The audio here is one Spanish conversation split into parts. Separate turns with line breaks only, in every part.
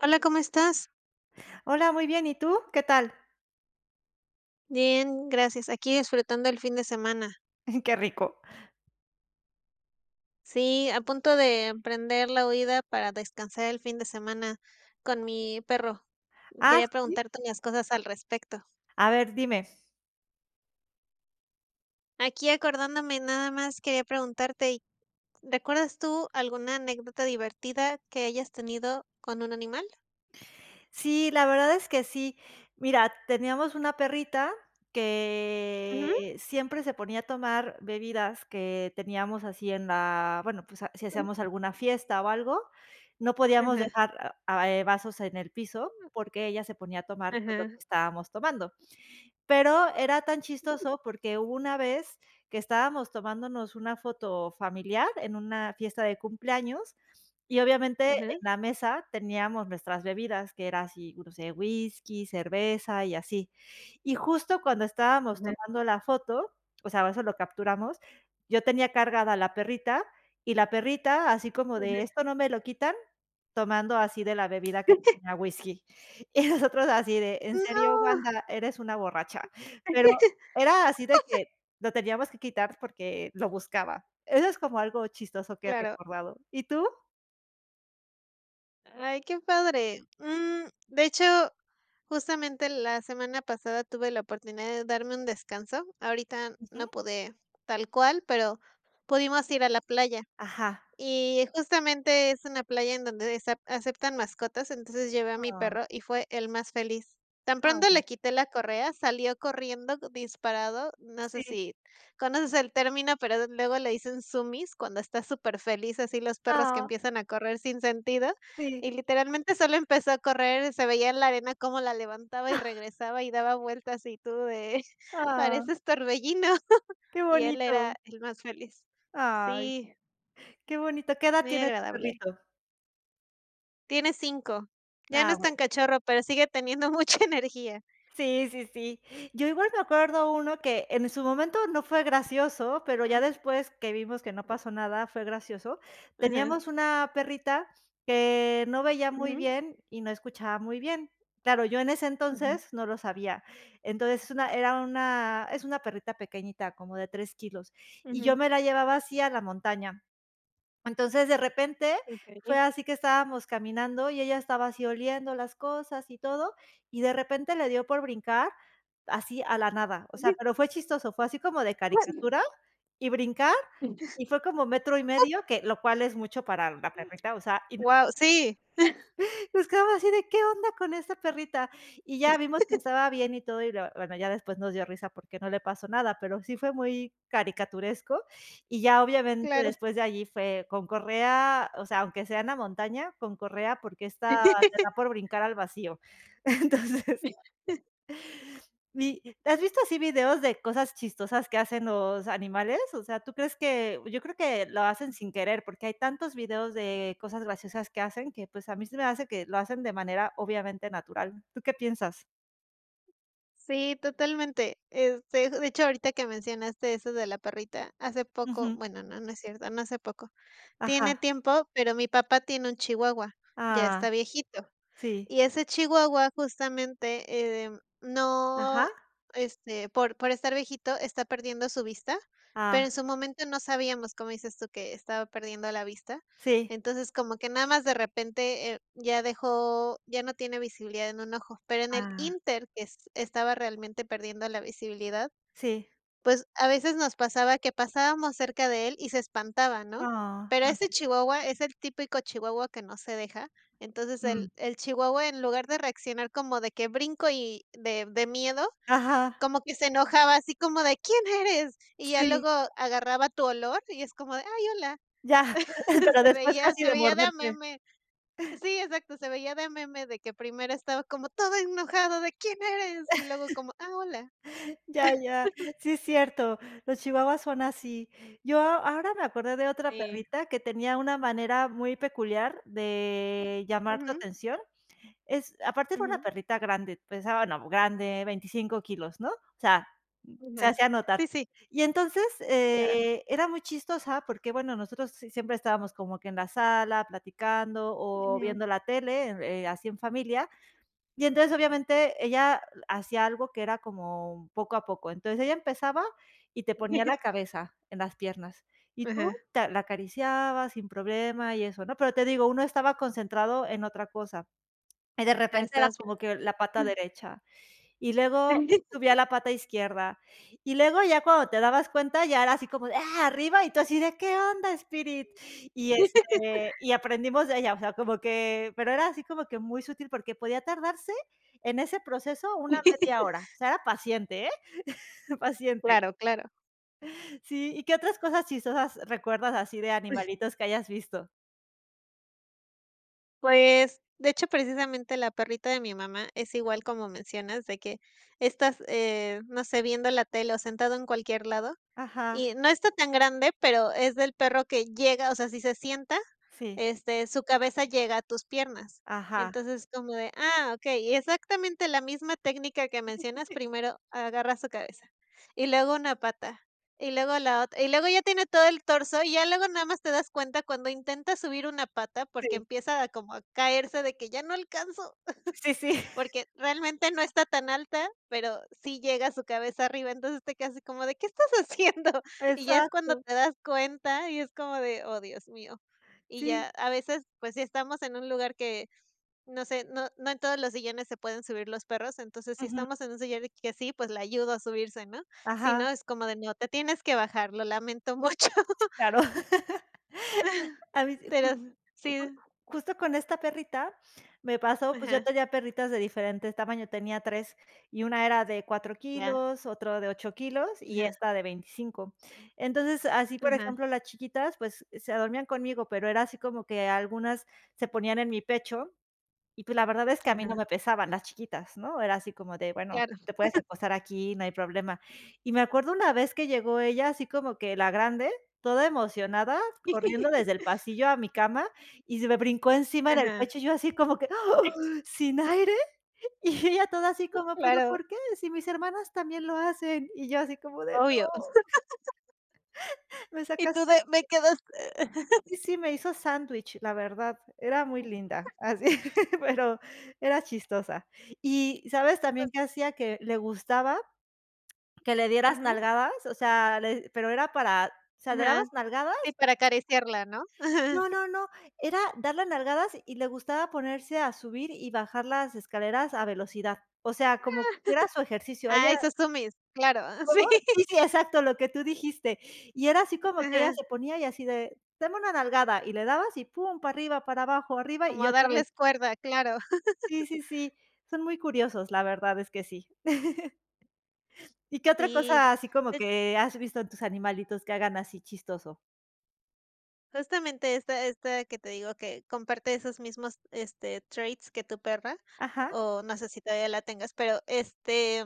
Hola, ¿cómo estás?
Hola, muy bien, ¿y tú? ¿Qué tal?
Bien, gracias. Aquí disfrutando el fin de semana.
Qué rico.
Sí, a punto de emprender la huida para descansar el fin de semana con mi perro.
Ah,
Quería
sí.
preguntarte unas cosas al respecto.
A ver, dime.
Aquí acordándome, nada más quería preguntarte, ¿recuerdas tú alguna anécdota divertida que hayas tenido con un animal?
Sí, la verdad es que sí. Mira, teníamos una perrita
Ujú.
que siempre se ponía a tomar bebidas que teníamos así en la bueno, pues, si hacíamos alguna fiesta o algo, no podíamos
Ajá,
dejar vasos en el piso porque ella se ponía a tomar, pues, lo que
ajá,
estábamos tomando. Pero era tan chistoso porque hubo una vez que estábamos tomándonos una foto familiar en una fiesta de cumpleaños y obviamente en
ajá,
la mesa teníamos nuestras bebidas, que era así, no sé, whisky, cerveza y así. Y justo cuando estábamos
ajá,
tomando la foto, o sea, eso lo capturamos, yo tenía cargada a la perrita y la perrita así como de:
ajá.
"Esto no me lo quitan", tomando así de la bebida que tenía whisky. Y nosotros así de: "En serio,
No.
Wanda, eres una borracha". Pero era así de que lo teníamos que quitar porque lo buscaba. Eso es como algo chistoso que he
Claro.
recordado. ¿Y tú?
Ay, qué padre. De hecho, justamente la semana pasada tuve la oportunidad de darme un descanso. Ahorita no
Ujú.
pude tal cual, pero pudimos ir a la playa.
Ajá.
Y justamente es una playa en donde aceptan mascotas, entonces llevé a mi
Ah,
perro y fue el más feliz. Tan pronto
ah,
le quité la correa, salió corriendo disparado, no sé
sí.
si conoces el término, pero luego le dicen zoomies, cuando está súper feliz, así los perros que
Ah,
empiezan a correr sin sentido,
sí.
y literalmente solo empezó a correr, se veía en la arena cómo la levantaba y regresaba y daba vueltas y tú de
Ah,
pareces torbellino,
qué
y él
bonito.
era el más feliz.
Ay,
Sí,
qué bonito. ¿Qué edad
muy
tiene tu
agradable.
perrito?
Tiene 5. Ya no
Ah,
es
bueno.
tan cachorro, pero sigue teniendo mucha energía.
Sí, sí, sí. Yo igual me acuerdo uno que en su momento no fue gracioso, pero ya
Mm,
después que vimos que no pasó nada, fue gracioso.
ajá.
Teníamos una perrita que no veía muy
Ujú,
bien y no escuchaba muy bien. Claro, yo en ese
ajá.
entonces no lo sabía. Entonces es una perrita pequeñita, como de 3 kilos. Y yo
Ujú.
me la llevaba así a la montaña. Entonces, de repente, fue
Okey.
así que estábamos caminando y ella estaba así oliendo las cosas y todo, y de repente le dio por brincar así a la nada. O sea, pero fue chistoso, fue así como de caricatura y brincar, y fue como metro y medio, que lo cual es mucho para la perrita, o sea, y
Guau, sí,
nos quedamos así de, ¿qué onda con esta perrita? Y ya vimos que estaba bien y todo, y la bueno, ya después nos dio risa porque no le pasó nada, pero sí fue muy caricaturesco. Y ya obviamente
claro.
después de allí fue con correa, o sea, aunque sea en la montaña, con correa, porque esta le da por brincar al vacío. Entonces y, ¿has visto así videos de cosas chistosas que hacen los animales? O sea, ¿tú crees que? Yo creo que lo hacen sin querer, porque hay tantos videos de cosas graciosas que hacen que, pues, a mí se me hace que lo hacen de manera obviamente natural. ¿Tú qué piensas?
Sí, totalmente. Este, de hecho, ahorita que mencionaste eso de la perrita, hace poco,
Ujú.
bueno, no, no es cierto, no hace poco, tiene
Ajá.
tiempo, pero mi papá tiene un chihuahua, ya está
Ah,
viejito.
sí.
Y ese chihuahua justamente, no,
Ajá.
este, por estar viejito, está perdiendo su vista, pero
Ah,
en su momento no sabíamos, como dices tú, que estaba perdiendo la vista.
sí.
Entonces, como que nada más de repente, ya no tiene visibilidad en un ojo, pero en el
Ah,
inter que es estaba realmente perdiendo la visibilidad,
sí.
pues, a veces nos pasaba que pasábamos cerca de él y se espantaba, ¿no?
Ah,
Pero
ah,
ese chihuahua es el típico chihuahua que no se deja. Entonces,
mm.
el chihuahua, en lugar de reaccionar como de que brinco y de miedo,
Ajá.
como que se enojaba, así como de: "¿Quién eres?". Y ya
Sí,
luego agarraba tu olor y es como de: "Ay, hola".
ya, pero
Se
después
veía
casi
se
de
veía de a
morderte.
meme. Sí, exacto, se veía de a meme de que primero estaba como todo enojado de: "¿Quién eres?". Y luego como: "Ah, hola".
Ya, ya. Sí, es cierto. Los chihuahuas son así. Yo ahora me acordé de otra
Sí.
perrita que tenía una manera muy peculiar de llamar tu
Ujú,
atención. Es aparte era una
ujú.
perrita grande, pesaba, no, grande, 25 kilos, ¿no? O sea, se
Ajá.
hacía notar.
Sí, sí,
Y entonces,
claro.
era muy chistosa porque, bueno, nosotros sí siempre estábamos como que en la sala platicando o
Ujú.
viendo la tele, así en familia. Y entonces, obviamente, ella hacía algo que era como poco a poco. Entonces, ella empezaba y te ponía la cabeza en las piernas, y tú
Ajá.
te la acariciabas sin problema y eso, ¿no? Pero te digo, uno estaba concentrado en otra cosa, y de
Ah,
repente era
estabas
como que la pata
bien.
derecha, y luego subía la pata izquierda. Y luego ya cuando te dabas cuenta, ya era así como de: "¡Ah!, arriba", y tú así de: "¿Qué onda, Spirit?". Y, este, y aprendimos de ella, o sea, como que pero era así como que muy sutil, porque podía tardarse en ese proceso una media hora. O sea, era paciente, ¿eh? Paciente.
Claro, claro.
Sí, ¿y qué otras cosas chistosas recuerdas así de animalitos que hayas visto?
Pues, de hecho, precisamente la perrita de mi mamá es igual como mencionas, de que estás, no sé, viendo la tele o sentado en cualquier lado.
Ajá,
Y no está tan grande, pero es del perro que llega, o sea, si se sienta,
sí,
este, su cabeza llega a tus piernas.
ajá,
Entonces, como de, ah, okey, exactamente la misma técnica que mencionas, primero agarra su cabeza, y luego una pata, y luego la otra, y luego ya tiene todo el torso, y ya luego nada más te das cuenta cuando intenta subir una pata, porque
sí,
empieza a como a caerse de que ya no alcanzo.
sí, sí,
Porque realmente no está tan alta, pero sí llega su cabeza arriba, entonces te quedas así como de: "¿Qué estás haciendo?". Y ya es
exacto,
cuando te das cuenta y es como de: "Oh, Dios mío". Y
sí,
ya a veces, pues, si estamos en un lugar que, no sé, no en todos los sillones se pueden subir los perros, entonces, si
ujú,
estamos en un sillón que sí, pues, la ayudo a subirse, ¿no? Si
ajá.
no, es como de: "No, te tienes que bajar, lo lamento mucho".
Claro. A mí sí,
Pero
ju
sí,
justo con esta perrita me pasó, pues, yo
ajá,
tenía perritas de diferentes tamaños. Tenía 3 y una era de cuatro
ya,
kilos, otro de 8 kilos y
ajá,
esta de 25. Entonces, así, por
ajá,
ejemplo, las chiquitas, pues, se dormían conmigo, pero era así como que algunas se ponían en mi pecho y pues la verdad es que a mí
ajá,
no me pesaban las chiquitas, ¿no? Era así como de, bueno,
claro.
te puedes acostar aquí, no hay problema. Y me acuerdo una vez que llegó ella, así como que la grande, toda emocionada, corriendo desde el pasillo a mi cama y se me brincó encima en el
Ajá,
pecho, yo así como que, ¡ah! ¿Sin aire? Y ella toda así como, ¿pero
claro.
por qué? Si mis hermanas también lo hacen. Y yo así como de, no,
Obvio.
me
Y tú
sacaste.
de me quedas
Sí, sí, me hizo sándwich, la verdad, era muy linda, así, pero era chistosa. Y, ¿sabes también
Pues,
que hacía? Que le gustaba que le dieras
ujú.
nalgadas, o sea, le pero era para o sea, le
Ajá.
dabas nalgadas
Sí, para acariciarla, ¿no? Ajá.
no, no, no, era darle nalgadas y le gustaba ponerse a subir y bajar las escaleras a velocidad. O sea, como que era su ejercicio. A
Ah,
ella
esos susumis, claro,
¿cómo?
sí.
Sí, sí, exacto, lo que tú dijiste. Y era así como que ella
Ajá.
se ponía y así de: "Dame una nalgada", y le dabas y pum, para arriba, para abajo, arriba
Como
y
a
otra vez.
darles cuerda, claro.
Sí, sí, sí, son muy curiosos, la verdad es que sí. ¿Y qué otra
Sí.
cosa así como
Eh,
que has visto en tus animalitos que hagan así chistoso?
Justamente esta que te digo que comparte esos mismos, este, traits que tu perra,
Ajá,
o no sé si todavía la tengas, pero, este.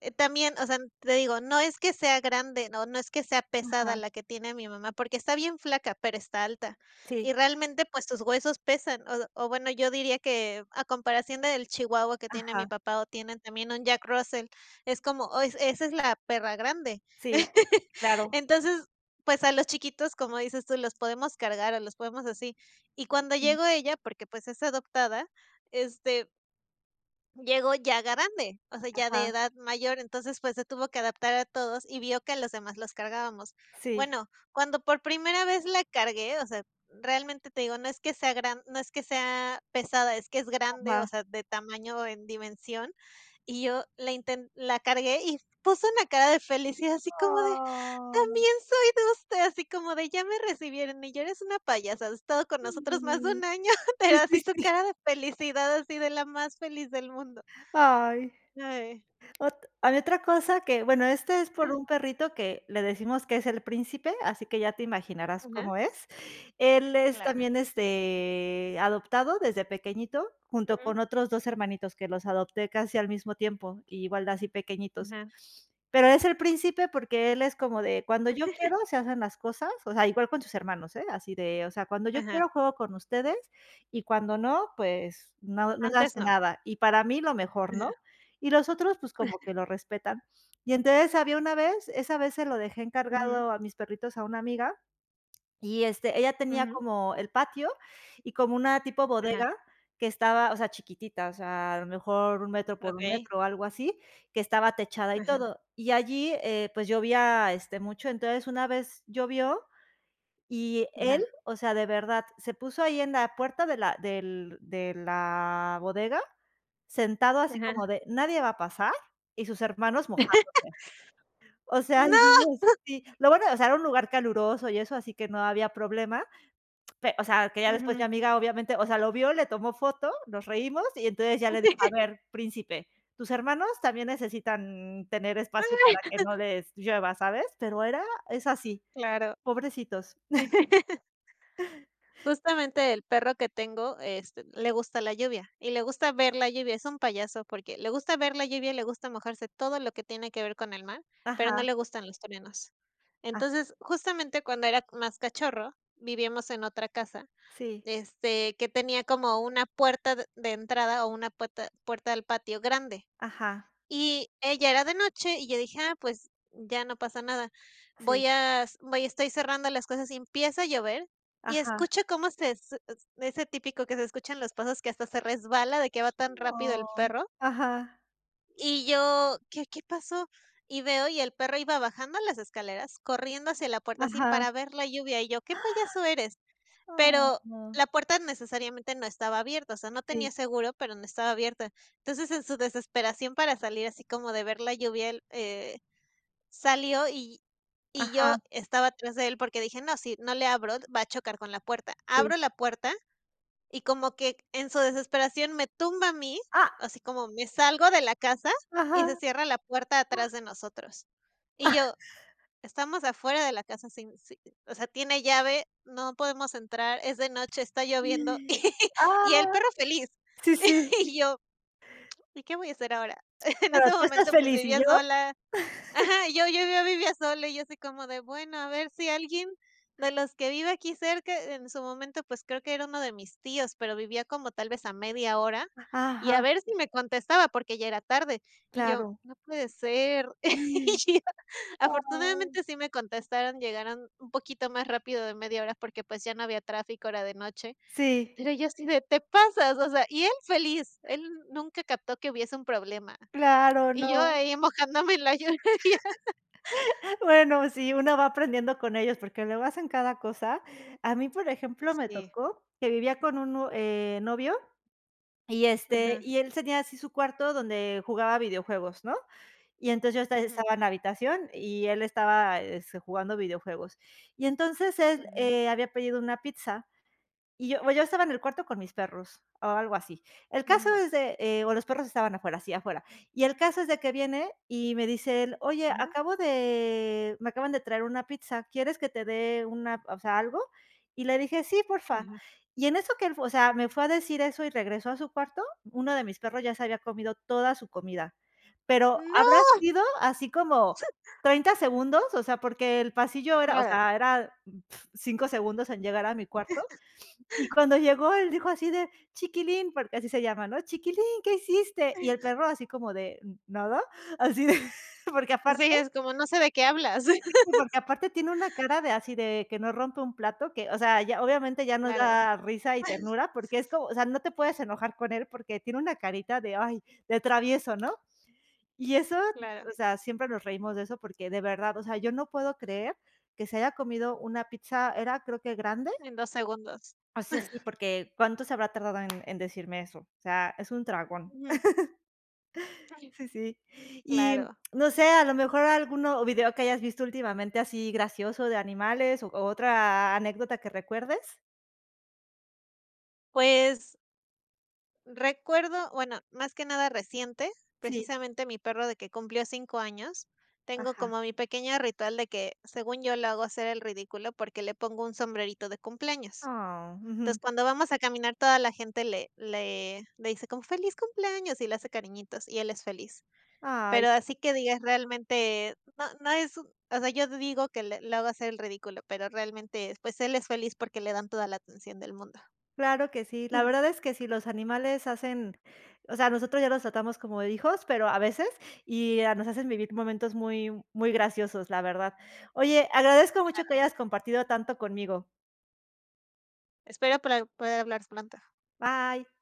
También, o sea, te digo, no es que sea grande, no, no es que sea pesada
ajá,
la que tiene mi mamá, porque está bien flaca, pero está alta. Y
sí,
realmente, pues tus huesos pesan. O, bueno, yo diría que a comparación del chihuahua que tiene mi
ajá,
papá o tienen también un Jack Russell, es como: "Oh, esa es la perra grande".
sí, claro,
Entonces, pues a los chiquitos, como dices tú, los podemos cargar o los podemos así. Y cuando
mm,
llegó ella, porque pues es adoptada, este, llegó ya grande, o sea, ya de
ajá,
edad mayor, entonces, pues, se tuvo que adaptar a todos y vio que los demás los cargábamos.
sí,
Bueno, cuando por primera vez la cargué, o sea, realmente te digo, no es que sea gran no es que sea pesada, es que es grande, o
ajá.
sea, de tamaño en dimensión, y yo la cargué y puso una cara de felicidad, así como de:
Oh,
"También soy de usted", así como de: "Ya me recibieron", y yo: "Eres una payasa, has estado con nosotros más de
sí.
un año", pero
Sí, sí,
así su
sí.
cara de felicidad, así de la más feliz del mundo.
Ay.
Ay.
Ot A mí otra cosa que, bueno, este es por un perrito que le decimos que es el príncipe, así que ya te imaginarás
Ajá.
cómo es. Él es
Claro.
también, este, adoptado desde pequeñito, junto
Ujú.
con otros 2 hermanitos que los adopté casi al mismo tiempo, y igual de así pequeñitos.
Ajá.
Pero es el príncipe porque él es como de: "Cuando yo quiero se hacen las cosas", o sea, igual con sus hermanos, ¿eh? Así de, o sea: "Cuando yo
Ajá.
quiero juego con ustedes y cuando no, pues no se
Antes
hace
no.
nada". Y para mí lo mejor, ¿no?
Ajá.
Y los otros, pues, como que lo respetan. Y entonces había una vez, esa vez se lo dejé
Ujú,
encargado a mis perritos a una amiga, y, este, ella tenía
ujú.
como el patio y como una tipo
Ajá.
bodega que estaba, o sea, chiquitita, o sea, a lo mejor un metro por un
Okey.
metro o algo así, que estaba techada y
Ajá,
todo. Y allí, pues, llovía, este, mucho. Entonces, una vez llovió y
ajá,
él, o sea, de verdad, se puso ahí en la puerta de la del de la bodega sentado así
ajá.
como de: "Nadie va a pasar", y sus hermanos mojándose. O sea,
¡No!
dijimos sí, lo bueno, o sea, era un lugar caluroso y eso, así que no había problema, pe o sea, que ya después mi
Ujú.
amiga obviamente, o sea, lo vio, le tomó foto, nos reímos y entonces ya le dijo: "A ver, príncipe, tus hermanos también necesitan tener espacio para que no les llueva", ¿sabes? Pero era es así,
Claro.
pobrecitos.
Justamente el perro que tengo, este, le gusta la lluvia y le gusta ver la lluvia. Es un payaso porque le gusta ver la lluvia, le gusta mojarse todo lo que tiene que ver con el mar, pero no
Ajá,
le gustan los truenos.
ah,
Entonces, justamente cuando era más cachorro, vivíamos en otra casa.
sí,
Este, que tenía como una puerta de entrada o una puerta puerta del patio grande.
ajá,
Y ella era de noche, y yo dije: "Ah, pues, ya no pasa nada".
sí,
Voy a s voy Estoy cerrando las cosas y empieza a llover, y
ajá.
escucho cómo se s s ese típico que se escuchan los pasos, que hasta se resbala de que va tan rápido el
Oh,
perro.
ajá,
Y yo: "¿Qué pasó?". Y veo, y el perro iba bajando las escaleras, corriendo hacia la puerta así
ajá.
para ver la lluvia, y yo: "¿Qué payaso eres?". Pero
Oh.
la puerta necesariamente no estaba abierta, o sea, no
Sí,
tenía seguro, pero no estaba abierta. Entonces, en su desesperación para salir, así como de ver la lluvia, él, salió y yo
ajá,
estaba atrás de él porque dije: "No, si no le abro, va a chocar con la puerta".
sí.
Abro la puerta y como que en su desesperación me tumba a mí,
Ah,
así como me salgo de la casa y se
ajá.
cierra la puerta atrás de nosotros. Y yo, estamos afuera de la casa sin si o sea, tiene llave, no podemos entrar, es de noche, está lloviendo, y el
Ah,
perro feliz.
sí, sí,
Y yo: "¿Y qué voy a hacer ahora?". En
pero
ese
tú estás
momento, pues,
feliz, ¿y
vivía
yo?
sola. Ajá, yo vivía sola, y yo así como de: "Bueno, a ver si alguien de los que vive aquí cerca", en su momento, pues, creo que era uno de mis tíos, pero vivía como tal vez a media hora, y a
Ajá,
ver si me contestaba, porque ya era tarde. Y yo:
claro.
"No puede ser". Y,
Oh,
afortunadamente, sí me contestaron, llegaron un poquito más rápido de media hora porque, pues, ya no había tráfico, era de noche,
sí,
pero yo así de: "Te pasas", o sea, y él feliz, él nunca captó que hubiese un problema,
claro,
y yo
no.
ahí mojándome en la lluvia.
Bueno, sí, uno va aprendiendo con ellos, porque luego hacen cada cosa. A mí, por ejemplo, me
Sí,
tocó que vivía con un, novio y, este,
ajá,
y él tenía así su cuarto donde jugaba videojuegos, ¿no? Y entonces yo
ujú,
estaba en la habitación y él estaba, este, jugando videojuegos. Y entonces él,
ajá,
había pedido una pizza y yo bueno, yo estaba en el cuarto con mis perros, o algo así. El caso
ujú,
es de, o los perros estaban afuera, sí, afuera. Y el caso es de que viene y me dice él: "Oye,
ajá,
acabo de me acaban de traer una pizza, ¿quieres que te dé una o sea, algo?". Y le dije: "Sí, porfa".
ajá.
Y en eso que él, o sea, me fue a decir eso y regresó a su cuarto, uno de mis perros ya se había comido toda su comida, pero
¡No!
habrá sido así como 30 segundos, o sea, porque el pasillo era, o
Claro.
sea, era 5 segundos en llegar a mi cuarto. Y cuando llegó, él dijo así de: "Chiquilín", porque así se llama, ¿no? "Chiquilín, ¿qué hiciste?". Y el perro así como de: "Nada", así de porque aparte
Sí, es como: "No sé de qué hablas".
porque aparte tiene una cara de así de que no rompe un plato, que, o sea, ya obviamente ya nos
Claro,
da risa y ternura, porque es como, o sea, no te puedes enojar con él porque tiene una carita de, ay, de travieso, ¿no? Y eso,
claro,
o sea, siempre nos reímos de eso porque de verdad, o sea, yo no puedo creer que se haya comido una pizza, era creo que grande.
en 2 segundos.
O sea, sí, porque ¿cuánto se habrá tardado en decirme eso? O sea, es un dragón.
Ujú,
Sí, sí. Y,
claro.
no sé, a lo mejor alguno o video que hayas visto últimamente así gracioso de animales o otra anécdota que recuerdes.
Pues, recuerdo, bueno, más que nada reciente,
Sí,
precisamente mi perro de que cumplió 5 años, tengo
ajá.
como mi pequeño ritual de que, según yo, lo hago hacer el ridículo porque le pongo un sombrerito de cumpleaños.
Oh,
Entonces,
ujú.
cuando vamos a caminar, toda la gente le dice como: "Feliz cumpleaños", y le hace cariñitos, y él es feliz.
Ay,
Pero así que digas realmente, no no es un o sea, yo digo que le lo hago hacer el ridículo, pero realmente, pues, él es feliz porque le dan toda la atención del mundo.
claro que sí. La verdad es que sí, los animales hacen o sea, nosotros ya los tratamos como hijos, pero a veces, y, nos hacen vivir momentos muy muy graciosos, la verdad. Oye, agradezco mucho que hayas compartido tanto conmigo.
Espero poder hablar pronto.
Bye.